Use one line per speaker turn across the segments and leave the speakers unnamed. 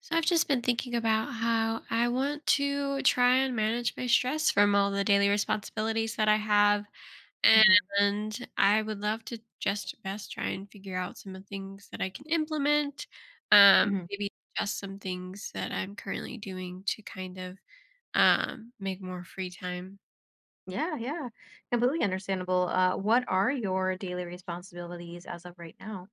So I've just been thinking about how I want to try and manage my stress from all the daily responsibilities that I have.
Hmm.
And I would love to just best try and figure out some of the things that I can implement.
Hmm.
Maybe adjust some things that I'm currently doing to kind of make more free time.
Yeah, yeah. Completely understandable. What are your daily responsibilities as of right now?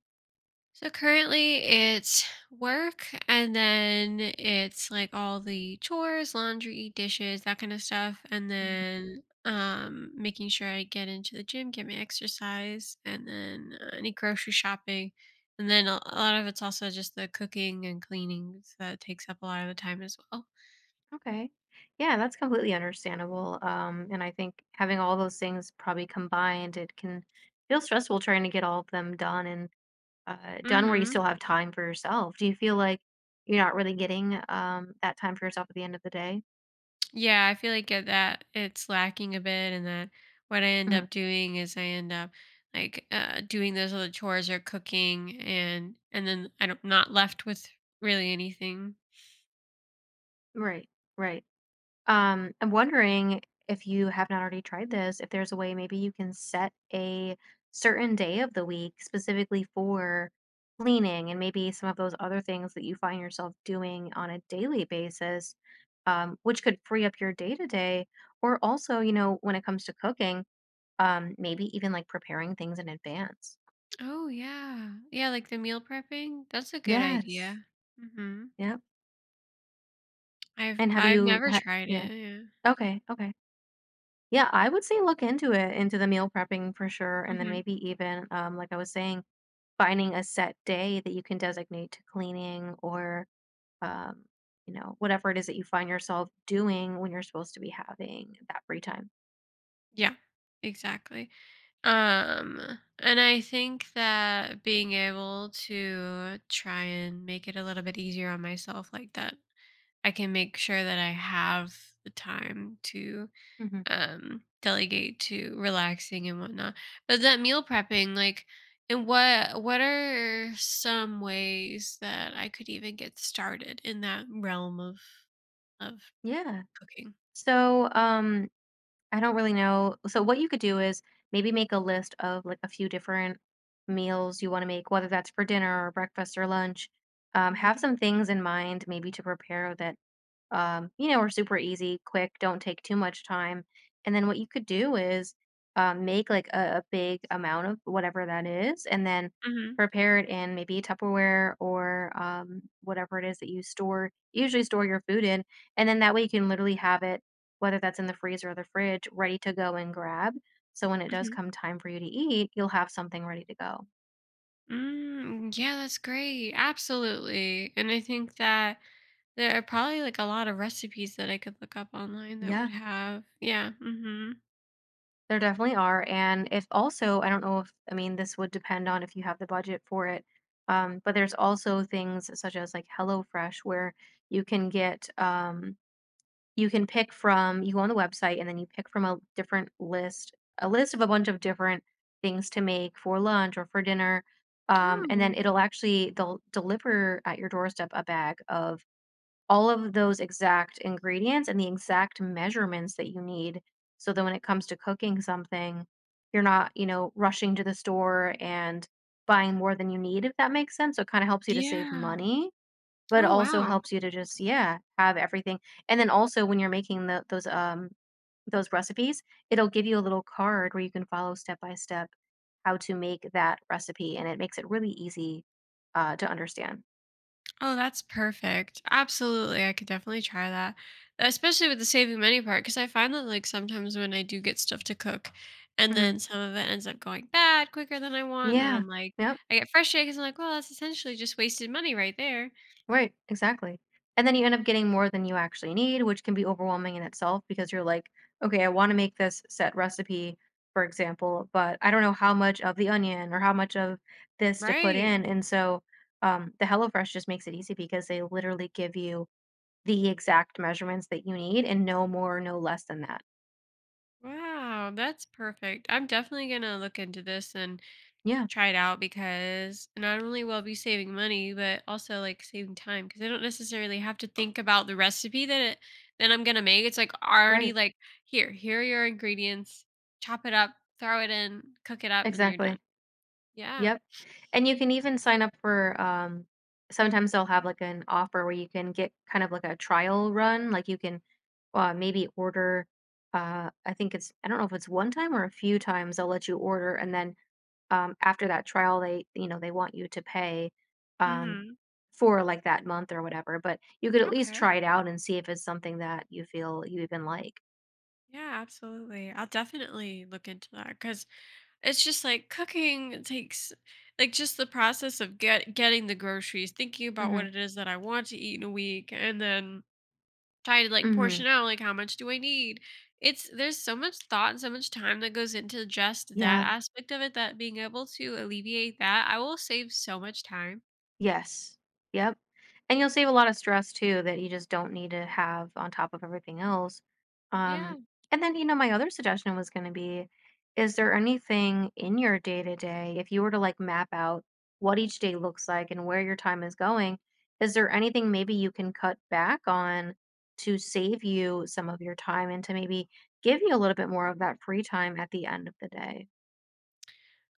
So currently it's work, and then it's like all the chores, laundry, dishes, that kind of stuff. And
Mhm.
then making sure I get into the gym, get my exercise, and then any grocery shopping. And then a lot of it's also just the cooking and cleaning, so that takes up a lot of the time as well.
Okay. Yeah, that's completely understandable. And I think having all those things probably combined, it can feel stressful trying to get all of them done and done where you
Mhm.
still have time for yourself. Do you feel like you're not really getting that time for yourself at the end of the day?
Yeah, I feel like at that it's lacking a bit, and that what I end
Hmm.
up doing is I end up like doing those little chores or cooking, and then I don't not left with really anything.
Right, right. I'm wondering if you have not already tried this, if there's a way maybe you can set a certain day of the week specifically for cleaning and maybe some of those other things that you find yourself doing on a daily basis, which could free up your day to day. Or also, you know, when it comes to cooking, maybe even like preparing things in advance.
Oh yeah, yeah, like the meal prepping. That's a good
Yes.
idea. Hmm.
Yep.
I've
And have
I've
you
never
had,
tried
yeah.
it. Yeah.
Okay. Okay. Yeah, I would say look into it, into the meal prepping for sure, and then
Hmm.
maybe even, like I was saying, finding a set day that you can designate to cleaning or, um, you know, whatever it is that you find yourself doing when you're supposed to be having that free time.
Yeah, exactly. Um, and I think that being able to try and make it a little bit easier on myself like that, I can make sure that I have the time to
Hmm.
delegate to relaxing and whatnot. But that meal prepping, like, and what are some ways that I could even get started in that realm of of
Yeah.
cooking?
So, I don't really know. So, what you could do is maybe make a list of like a few different meals you want to make, whether that's for dinner or breakfast or lunch. Have
Hmm.
some things in mind, maybe to prepare that you know, are super easy, quick, don't take too much time. And then what you could do is make like a big amount of whatever that is, and then
Hmm.
prepare it in maybe Tupperware or whatever it is that you store, usually store your food in. And then that way you can literally have it, whether that's in the freezer or the fridge, ready to go and grab. So when it does
Hmm.
come time for you to eat, you'll have something ready to go.
Mm, yeah, that's great. Absolutely. And I think that there are probably like a lot of recipes that I could look up online that would
Yeah.
have. Yeah. Hmm.
There definitely are. And if also, I don't know if, I mean, this would depend on if you have the budget for it. But there's also things such as like HelloFresh where you can get, you can pick from, you go on the website and then you pick from a different list, a list of a bunch of different things to make for lunch or for dinner. And then
Oh,
it'll actually, they'll deliver at your doorstep a bag of all of those exact ingredients and the exact measurements that you need so that when it comes to cooking something, you're not, you know, rushing to the store and buying more than you need, if that makes sense. So it kind of helps you to save
yeah.
money, but
Oh,
also
wow.
helps you to just, yeah, have everything. And then also when you're making the, those recipes, it'll give you a little card where you can follow step by step how to make that recipe, and it makes it really easy to understand.
Oh, that's perfect. Absolutely. I could definitely try that. Especially with the saving money part, because I find that like sometimes when I do get stuff to cook and
Hmm.
then some of it ends up going bad quicker than I want. And
Yeah.
I'm like,
Yep.
I get frustrated because I'm like, well, that's essentially just wasted money right there.
Right, exactly. And then you end up getting more than you actually need, which can be overwhelming in itself because you're like, okay, I want to make this set recipe, for example, but I don't know how much of the onion or how much of this to put
Right.
in. And so the HelloFresh just makes it easy because they literally give you the exact measurements that you need and no more, no less than that.
Wow. That's perfect. I'm definitely going to look into this and
Yeah,
try it out, because not only will I be saving money, but also like saving time because I don't necessarily have to think about the recipe that that I'm gonna make. It's like already
right,
like here are your ingredients, chop it up, throw it in, cook it up, and then you're done.
exactly.
Yeah.
Yep. And you can even sign up for sometimes they'll have like an offer where you can get kind of like a trial run. Like you can maybe order I think it's I don't know if it's one time or a few times they'll let you order and then after that trial they you know they want you to pay um
Mm-hmm.
for like that month or whatever. But you could at least
Okay.
try it out and see if it's something that you feel you even like.
Yeah, absolutely. I'll definitely look into that, because it's just like cooking it takes like just the process of getting the groceries, thinking about what
Mhm.
it is that I want to eat in a week, and then try to like
Mhm.
portion out, like, how much do I need? It's There's so much thought and so much time that goes into just that
Yeah.
aspect of it that being able to alleviate that, I will save so much time.
Yes. Yep. And you'll save a lot of stress too that you just don't need to have on top of everything else.
Yeah.
Um, and then, you know, my other suggestion was going to be, is there anything in your day to day, if you were to like map out what each day looks like and where your time is going, is there anything maybe you can cut back on to save you some of your time and to maybe give you a little bit more of that free time at the end of the day?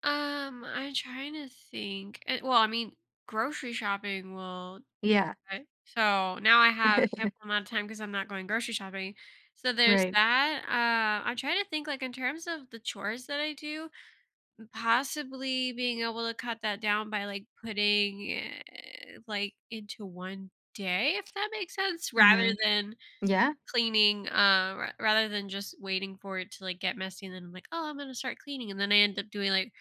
I'm trying to think. Well, I mean, grocery shopping will be
Yeah.
okay. So now I have ample amount of time because I'm not going grocery shopping. So there's
Right.
that. I'm trying to think like in terms of the chores that I do. Possibly being able to cut that down by like putting like into one day, if that makes sense, rather
Hmm.
than
Yeah.
cleaning rather than just waiting for it to like get messy, and then I'm like, oh, I'm gonna start cleaning, and then I end up doing like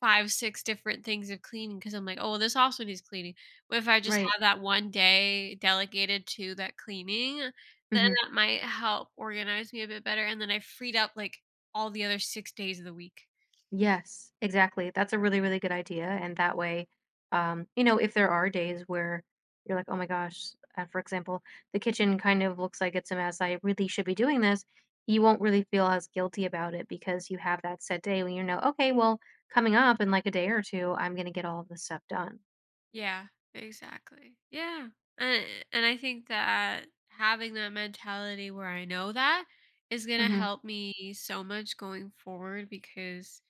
five six different things of cleaning because I'm like, oh well, this also needs cleaning. But if I just
Right.
have that one day delegated to that cleaning, then
Hmm.
that might help organize me a bit better, and then I freed up like all the other 6 days of the week.
Yes, exactly. That's a really, really good idea. And that way, you know, if there are days where you're like, oh my gosh, for example, the kitchen kind of looks like it's a mess. I really should be doing this. You won't really feel as guilty about it because you have that set day when you know, okay, well, coming up in like a day or two, I'm going to get all of this stuff done.
Yeah, exactly. Yeah. And and I think that having that mentality where I know that is going to
Mm-hmm.
help me so much going forward. Because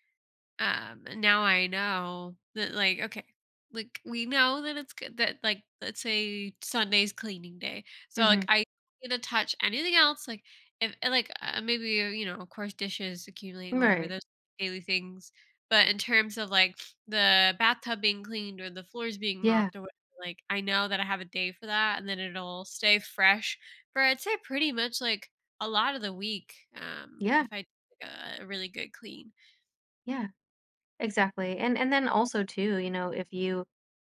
and now I know that, like, okay, like, we know that it's good, that like let's say Sunday's cleaning day, so
Mm-hmm.
like I don't gonna touch anything else. Like, if and, like maybe of course dishes accumulate, whatever
Right.
those daily things. But in terms of like the bathtub being cleaned or the floors being
Yeah.
mopped or whatever, like I know that I have a day for that, and then it'll stay fresh for, I'd say, pretty much like a lot of the week, if
Yeah.
I do, like, a really good clean.
Yeah. Exactly, and then also too, you know, if you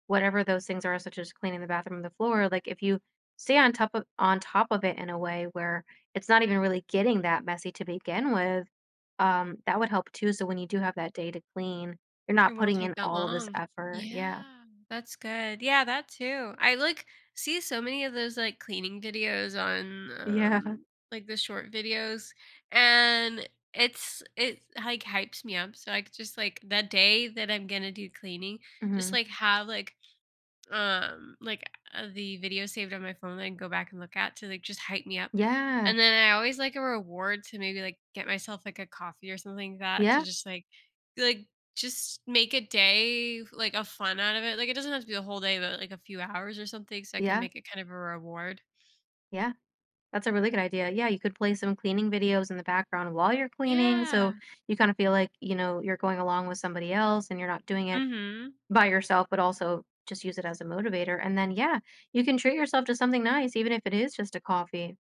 whatever those things are, such as cleaning the bathroom, the floor, like if you stay on top of it in a way where it's not even really getting that messy to begin with, that would help too. So when you do have that day to clean, you're
It
not
won't
putting in
take that
all of this
long.
effort. Yeah,
Yeah, that's good. Yeah, that too. I like see so many of those like cleaning videos on
yeah,
like the short videos, and it like hypes me up. So I could just, like, the day that I'm gonna do cleaning, just
hmm
like have like the video saved on my phone that I can go back and look at to like just hype me up.
yeah,
And then I always like a reward to maybe, like, get myself, like, a coffee or something like that, to
yeah,
just, like, just make a day, like, a fun out of it. Like, it doesn't have to be the whole day, but, like, a few hours or something, so I can
yeah,
make it kind of a reward.
yeah. That's a really good idea. Yeah, you could play some cleaning videos in the background while you're cleaning, so
Yeah.
you kind of feel like you know you're going along with somebody else, and you're not doing it
Mhm.
by yourself, but also just use it as a motivator. And then, yeah, you can treat yourself to something nice, even if it is just a coffee.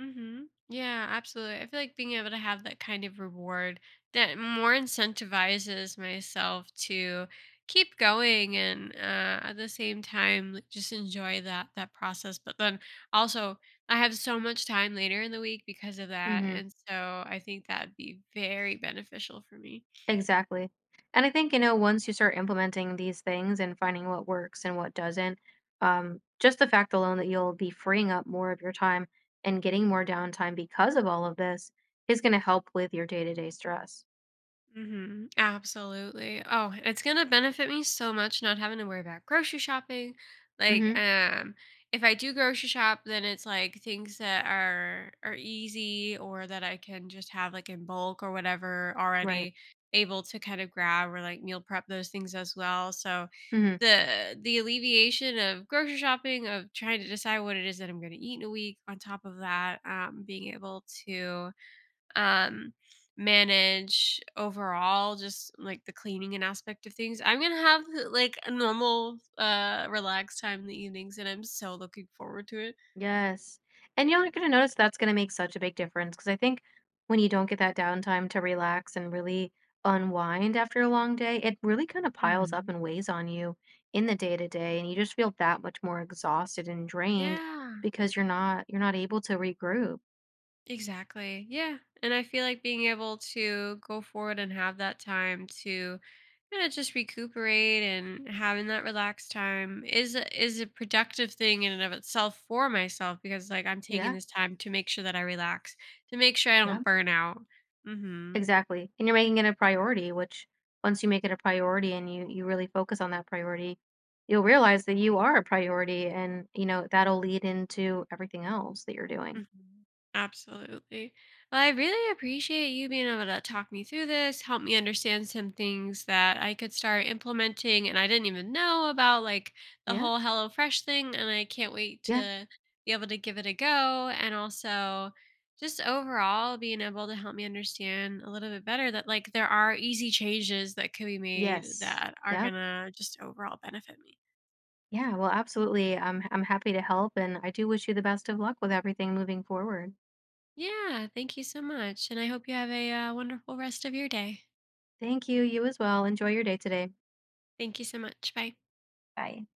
Mm-hmm. Yeah, absolutely. I feel like being able to have that kind of reward, that more incentivizes myself to keep going, and at the same time, like, just enjoy that process. But then also, I have so much time later in the week because of that,
Hmm.
and so I think that'd be very beneficial for me.
Exactly. And I think, you know, once you start implementing these things and finding what works and what doesn't, just the fact alone that you'll be freeing up more of your time and getting more downtime because of all of this is going to help with your day to day stress.
Hmm. Absolutely. Oh, and it's gonna benefit me so much not having to worry about grocery shopping. Like,
Hmm.
if I do grocery shop, then it's like things that are easy, or that I can just have like in bulk or whatever,
Right.
already able to kind of grab or like meal prep those things as well. So
Hmm.
the alleviation of grocery shopping, of trying to decide what it is that I'm gonna eat in a week, on top of that, being able to um manage overall just like the cleaning and aspect of things, I'm gonna have like a normal relaxed time in the evenings, and I'm so looking forward to it.
Yes. And you're gonna notice that's gonna make such a big difference because I think when you don't get that downtime to relax and really unwind after a long day, it really kinda piles up
Hmm.
and weighs on you in the day to day, and you just feel that much more exhausted and drained
Yeah.
because you're not able to regroup.
Exactly. Yeah. And I feel like being able to go forward and have that time to kind of just recuperate and having that relaxed time is a productive thing in and of itself for myself, because like I'm taking
Yeah,
this time to make sure that I relax, to make sure I
yeah,
don't burn out. Mhm.
exactly. And you're making it a priority, which once you make it a priority and you really focus on that priority, you'll realize that you are a priority and, you know, that'll lead into everything else that you're doing.
Mhm. Absolutely. Well, I really appreciate you being able to talk me through this, help me understand some things that I could start implementing and I didn't even know about, like the
Yeah.
whole HelloFresh thing. And I can't wait
Yeah.
to be able to give it a go. And also, just overall, being able to help me understand a little bit better that, like, there are easy changes that could be made
Yes.
that are
Yep.
going to just overall benefit me.
Yeah. Well, absolutely. I'm happy to help, and I do wish you the best of luck with everything moving forward.
Yeah. Thank you so much. And I hope you have a wonderful rest of your day.
Thank you. You as well. Enjoy your day today.
Thank you so much. Bye.
Bye.